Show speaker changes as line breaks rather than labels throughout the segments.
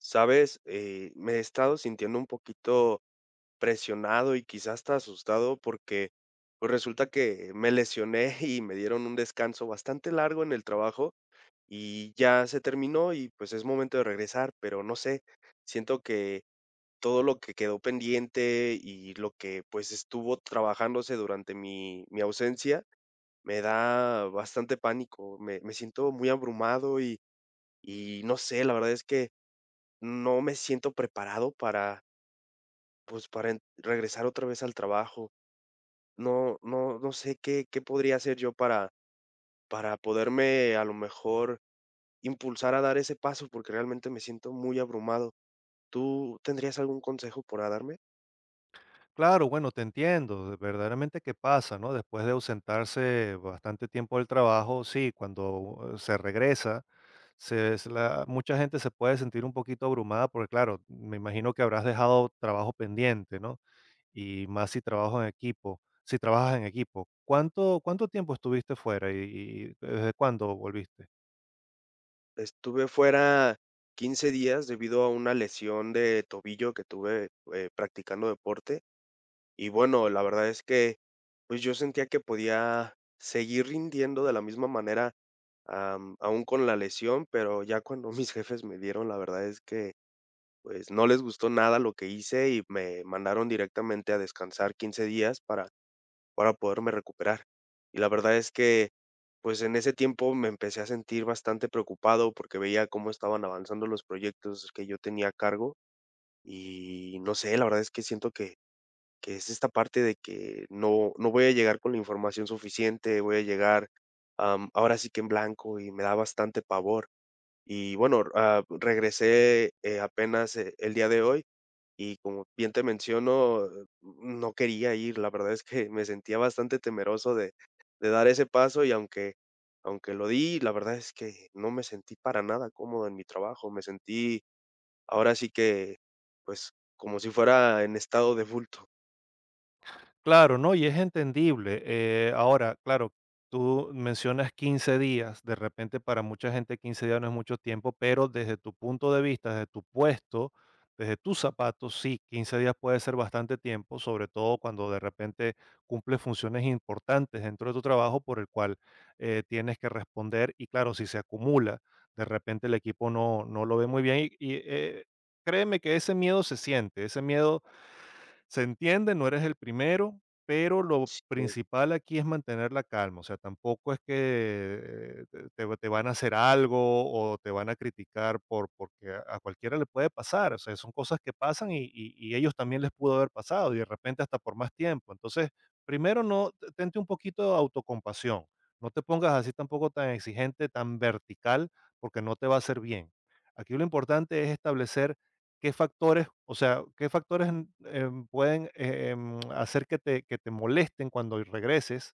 ¿Sabes? Me he estado sintiendo un poquito presionado y quizás hasta asustado porque pues resulta que me lesioné y me dieron un descanso bastante largo en el trabajo y ya se terminó y pues es momento de regresar, pero no sé, siento que todo lo que quedó pendiente y lo que pues estuvo trabajándose durante mi ausencia me da bastante pánico, me siento muy abrumado y no sé, la verdad es que no me siento preparado pues, para en regresar otra vez al trabajo. No sé qué podría hacer yo para poderme, a lo mejor, impulsar a dar ese paso, porque realmente me siento muy abrumado. ¿Tú tendrías algún consejo para darme?
Claro, bueno, te entiendo, verdaderamente que pasa, ¿no? Después de ausentarse bastante tiempo del trabajo, sí, cuando se regresa, mucha gente se puede sentir un poquito abrumada porque, claro, me imagino que habrás dejado trabajo pendiente, ¿no? Y más si trabajo en equipo, si trabajas en equipo. ¿Cuánto tiempo estuviste fuera y desde cuándo volviste?
Estuve fuera 15 días debido a una lesión de tobillo que tuve, practicando deporte. Y bueno, la verdad es que, pues, yo sentía que podía seguir rindiendo de la misma manera, aún con la lesión, pero ya cuando mis jefes me dieron la verdad es que, pues, no les gustó nada lo que hice y me mandaron directamente a descansar 15 días para poderme recuperar. Y la verdad es que, pues, en ese tiempo me empecé a sentir bastante preocupado porque veía cómo estaban avanzando los proyectos que yo tenía a cargo y no sé, la verdad es que siento que es esta parte de que no voy a llegar con la información suficiente, voy a llegar, ahora sí que en blanco y me da bastante pavor. Y bueno, ah, regresé, apenas, el día de hoy y como bien te menciono, no quería ir, la verdad es que me sentía bastante temeroso de dar ese paso y aunque lo di, la verdad es que no me sentí para nada cómodo en mi trabajo, me sentí ahora sí que, pues, como si fuera en estado de bulto.
Claro, ¿no? Y es entendible. Ahora, claro, tú mencionas 15 días, de repente para mucha gente 15 días no es mucho tiempo, pero desde tu punto de vista, desde tu puesto, desde tus zapatos, sí, 15 días puede ser bastante tiempo, sobre todo cuando de repente cumples funciones importantes dentro de tu trabajo por el cual tienes que responder y claro, si se acumula, de repente el equipo no lo ve muy bien y, créeme que ese miedo se siente, ese miedo se entiende, no eres el primero, pero lo principal aquí es mantener la calma, o sea, tampoco es que te van a hacer algo o te van a criticar porque a cualquiera le puede pasar, o sea, son cosas que pasan y ellos también les pudo haber pasado y de repente hasta por más tiempo. Entonces, primero no, t- tente un poquito de autocompasión, no te pongas así tampoco tan exigente, tan vertical, porque no te va a hacer bien. Aquí lo importante es establecer qué factores, o sea, qué factores, pueden, hacer que te molesten cuando regreses,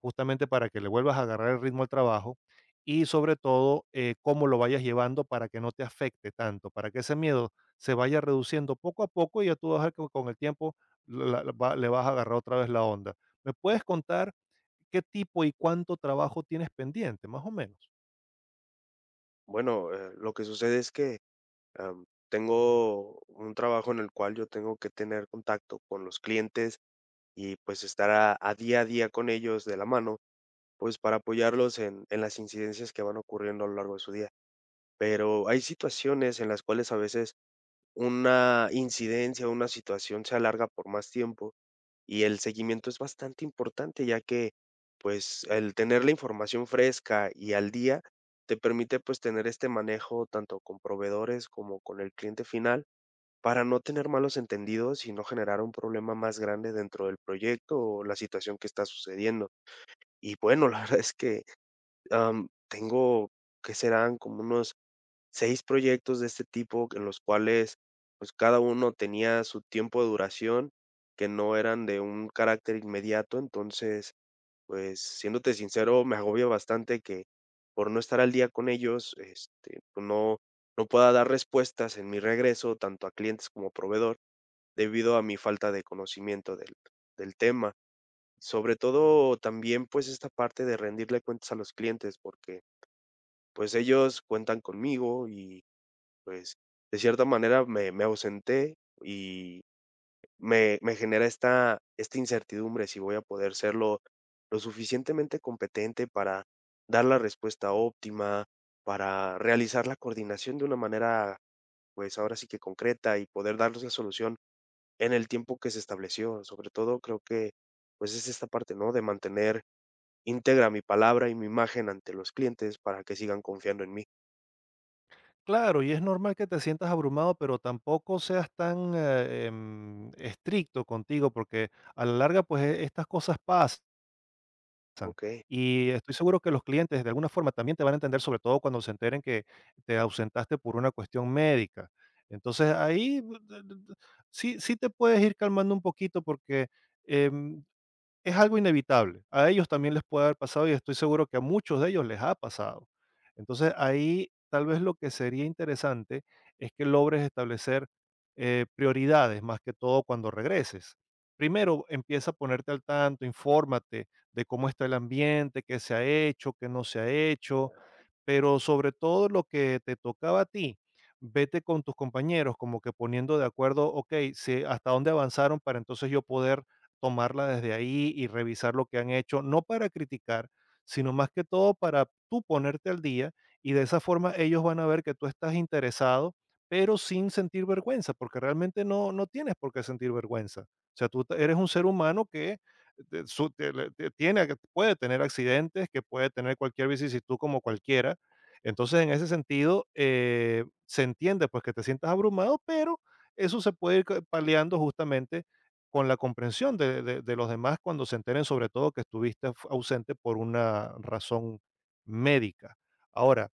justamente para que le vuelvas a agarrar el ritmo al trabajo. Y sobre todo, cómo lo vayas llevando para que no te afecte tanto, para que ese miedo se vaya reduciendo poco a poco y ya tú vas a ver que con el tiempo la la va le vas a agarrar otra vez la onda. ¿Me puedes contar qué tipo y cuánto trabajo tienes pendiente, más o menos?
Bueno, lo que sucede es que tengo un trabajo en el cual yo tengo que tener contacto con los clientes y pues estar a día con ellos de la mano, pues para apoyarlos en las incidencias que van ocurriendo a lo largo de su día. Pero hay situaciones en las cuales a veces una incidencia, una situación se alarga por más tiempo y el seguimiento es bastante importante, ya que, pues, el tener la información fresca y al día te permite, pues, tener este manejo tanto con proveedores como con el cliente final, para no tener malos entendidos y no generar un problema más grande dentro del proyecto o la situación que está sucediendo. Y bueno, la verdad es que, tengo, ¿que serán? Como unos 6 proyectos de este tipo en los cuales, pues, cada uno tenía su tiempo de duración, que no eran de un carácter inmediato. Entonces, pues, siéndote sincero, me agobia bastante que por no estar al día con ellos, este, pues, no pueda dar respuestas en mi regreso, tanto a clientes como proveedor, debido a mi falta de conocimiento del tema. Sobre todo, también, pues, esta parte de rendirle cuentas a los clientes, porque, pues, ellos cuentan conmigo y pues, de cierta manera me ausenté y me genera esta incertidumbre si voy a poder ser lo suficientemente competente para dar la respuesta óptima, para realizar la coordinación de una manera, pues, ahora sí que concreta y poder darles la solución en el tiempo que se estableció. Sobre todo creo que, pues, es esta parte, ¿no?, de mantener íntegra mi palabra y mi imagen ante los clientes para que sigan confiando en mí.
Claro, y es normal que te sientas abrumado, pero tampoco seas tan estricto contigo, porque a la larga, pues estas cosas pasan.
Okey,
Y estoy seguro que los clientes de alguna forma también te van a entender, sobre todo cuando se enteren que te ausentaste por una cuestión médica. Entonces ahí sí, sí te puedes ir calmando un poquito porque em, es algo inevitable. A ellos también les puede haber pasado y estoy seguro que a muchos de ellos les ha pasado. Entonces, ahí tal vez lo que sería interesante es que logres establecer prioridades más que todo cuando regreses. Primero, empieza a ponerte al tanto, infórmate de cómo está el ambiente, qué se ha hecho, qué no se ha hecho, pero sobre todo lo que te tocaba a ti, vete con tus compañeros como que poniendo de acuerdo, ok, hasta dónde avanzaron para entonces yo poder tomarla desde ahí y revisar lo que han hecho, no para criticar, sino más que todo para tú ponerte al día y de esa forma ellos van a ver que tú estás interesado, pero sin sentir vergüenza, porque realmente no tienes por qué sentir vergüenza. O sea, tú eres un ser humano que tiene, que puede tener accidentes, que puede tener cualquier vicisitud como cualquiera. Entonces, en ese sentido, se entiende pues que te sientas abrumado, pero eso se puede ir paliando justamente con la comprensión de los demás cuando se enteren, sobre todo, que estuviste fu ausente por una razón médica. Ahora,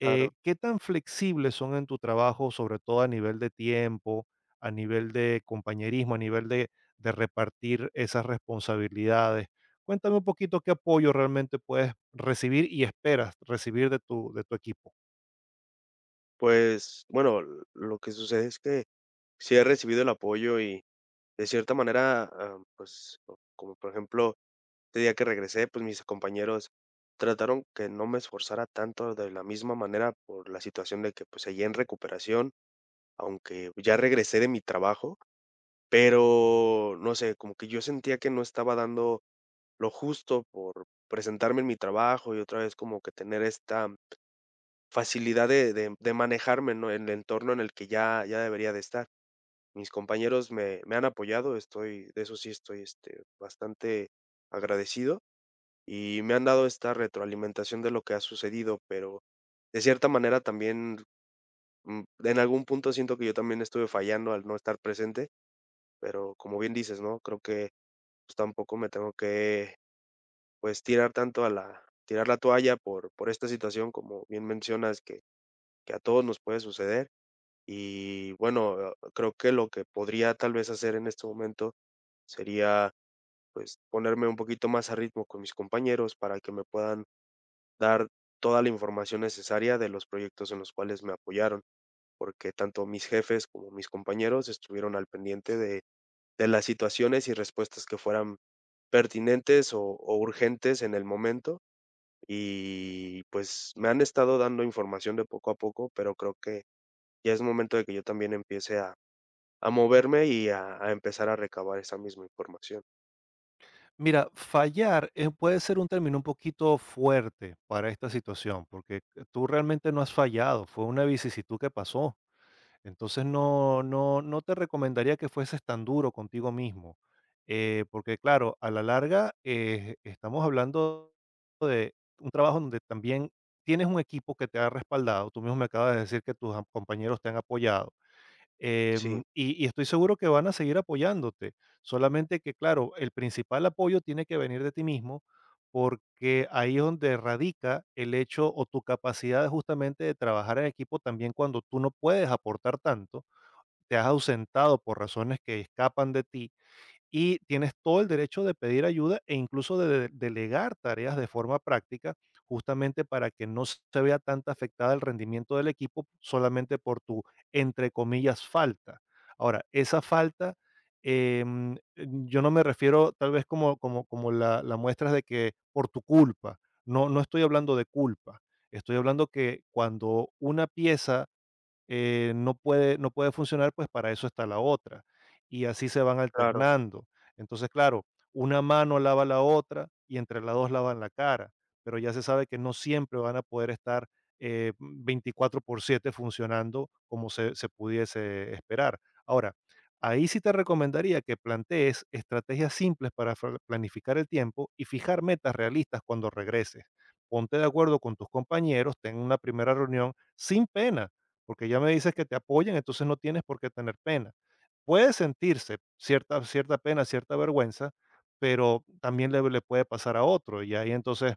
¿qué tan flexibles son en tu trabajo, sobre todo a nivel de tiempo, a nivel de compañerismo, a nivel de repartir esas responsabilidades? Cuéntame un poquito qué apoyo realmente puedes recibir y esperas recibir de tu equipo.
Pues, bueno, lo que sucede es que sí he recibido el apoyo y de cierta manera, ah, pues, o como por ejemplo, este día que regresé, pues mis compañeros trataron que no me esforzara tanto de la misma manera por la situación de que, pues, seguía en recuperación, aunque ya regresé de mi trabajo, pero no sé, como que yo sentía que no estaba dando lo justo por presentarme en mi trabajo y otra vez como que tener esta facilidad de manejarme, ¿no?, en el entorno en el que ya debería de estar. Mis compañeros me han apoyado, estoy de eso sí estoy, este, bastante agradecido, y me han dado esta retroalimentación de lo que ha sucedido, pero de cierta manera también, en algún punto siento que yo también estuve fallando al no estar presente, pero como bien dices, ¿no?, creo que, pues, tampoco me tengo que, pues, tirar tanto a la tirar la toalla por esta situación, como bien mencionas, que a todos nos puede suceder. Y bueno, creo que lo que podría tal vez hacer en este momento sería, pues, ponerme un poquito más a ritmo con mis compañeros para que me puedan dar toda la información necesaria de los proyectos en los cuales me apoyaron, porque tanto mis jefes como mis compañeros estuvieron al pendiente de las situaciones y respuestas que fueran pertinentes o urgentes en el momento. Y pues me han estado dando información de poco a poco, pero creo que ya es momento de que yo también empiece a moverme y a empezar a recabar esa misma información.
Mira, fallar puede ser un término un poquito fuerte para esta situación, porque tú realmente no has fallado, fue una vicisitud que pasó. Entonces no te recomendaría que fueses tan duro contigo mismo, porque claro, a la larga estamos hablando de un trabajo donde también tienes un equipo que te ha respaldado, tú mismo me acabas de decir que tus compañeros te han apoyado.
Sí,
Y estoy seguro que van a seguir apoyándote, solamente que, claro, el principal apoyo tiene que venir de ti mismo, porque ahí es donde radica el hecho o tu capacidad justamente de trabajar en equipo también cuando tú no puedes aportar tanto, te has ausentado por razones que escapan de ti y tienes todo el derecho de pedir ayuda e incluso de delegar tareas de forma práctica, justamente para que no se vea tanta afectada el rendimiento del equipo solamente por tu, entre comillas, falta. Ahora, esa falta, yo no me refiero tal vez como, como, como la muestra de que por tu culpa, no estoy hablando de culpa, estoy hablando que cuando una pieza no puede, no puede funcionar, pues para eso está la otra. Y así se van
claro,
alternando. Entonces, claro, una mano lava la otra y entre las dos lavan la cara, pero ya se sabe que no siempre van a poder estar 24 por siete funcionando como se pudiese esperar. Ahora, ahí sí te recomendaría que plantees estrategias simples para planificar el tiempo y fijar metas realistas cuando regreses. Ponte de acuerdo con tus compañeros, ten una primera reunión sin pena porque ya me dices que te apoyan, entonces no tienes por qué tener pena. Puede sentirse cierta, cierta pena, cierta vergüenza, pero también le puede pasar a otro y ahí entonces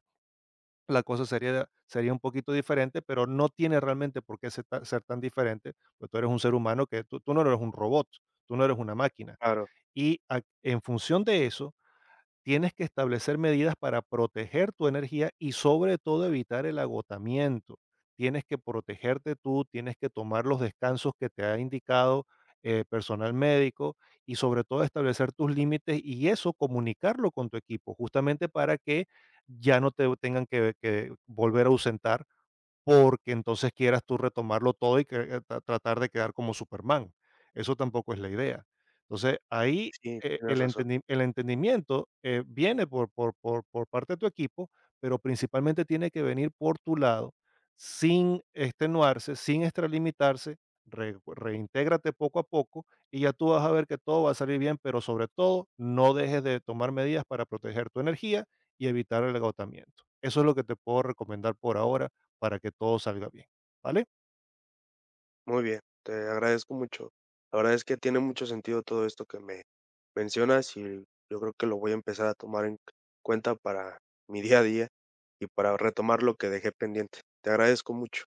la cosa sería, sería un poquito diferente, pero no tiene realmente por qué ser, ser tan diferente, porque tú eres un ser humano que tú no eres un robot, tú no eres una máquina.
claro.
Y en función de eso, tienes que establecer medidas para proteger tu energía y sobre todo evitar el agotamiento. Tienes que protegerte tú, tienes que tomar los descansos que te ha indicado personal médico y sobre todo establecer tus límites y eso comunicarlo con tu equipo, justamente para que ya no te tengan que volver a ausentar porque entonces quieras tú retomarlo todo y que, tratar de quedar como Superman. Eso tampoco es la idea. Entonces, ahí
Sí, tienes razón.
el entendimiento viene por parte de tu equipo, pero principalmente tiene que venir por tu lado, sin extenuarse, sin extralimitarse, reintégrate poco a poco y ya tú vas a ver que todo va a salir bien, pero sobre todo no dejes de tomar medidas para proteger tu energía y evitar el agotamiento. Eso es lo que te puedo recomendar por ahora para que todo salga bien, ¿vale?
Muy bien, te agradezco mucho. La verdad es que tiene mucho sentido todo esto que me mencionas y yo creo que lo voy a empezar a tomar en cuenta para mi día a día y para retomar lo que dejé pendiente. Te agradezco mucho.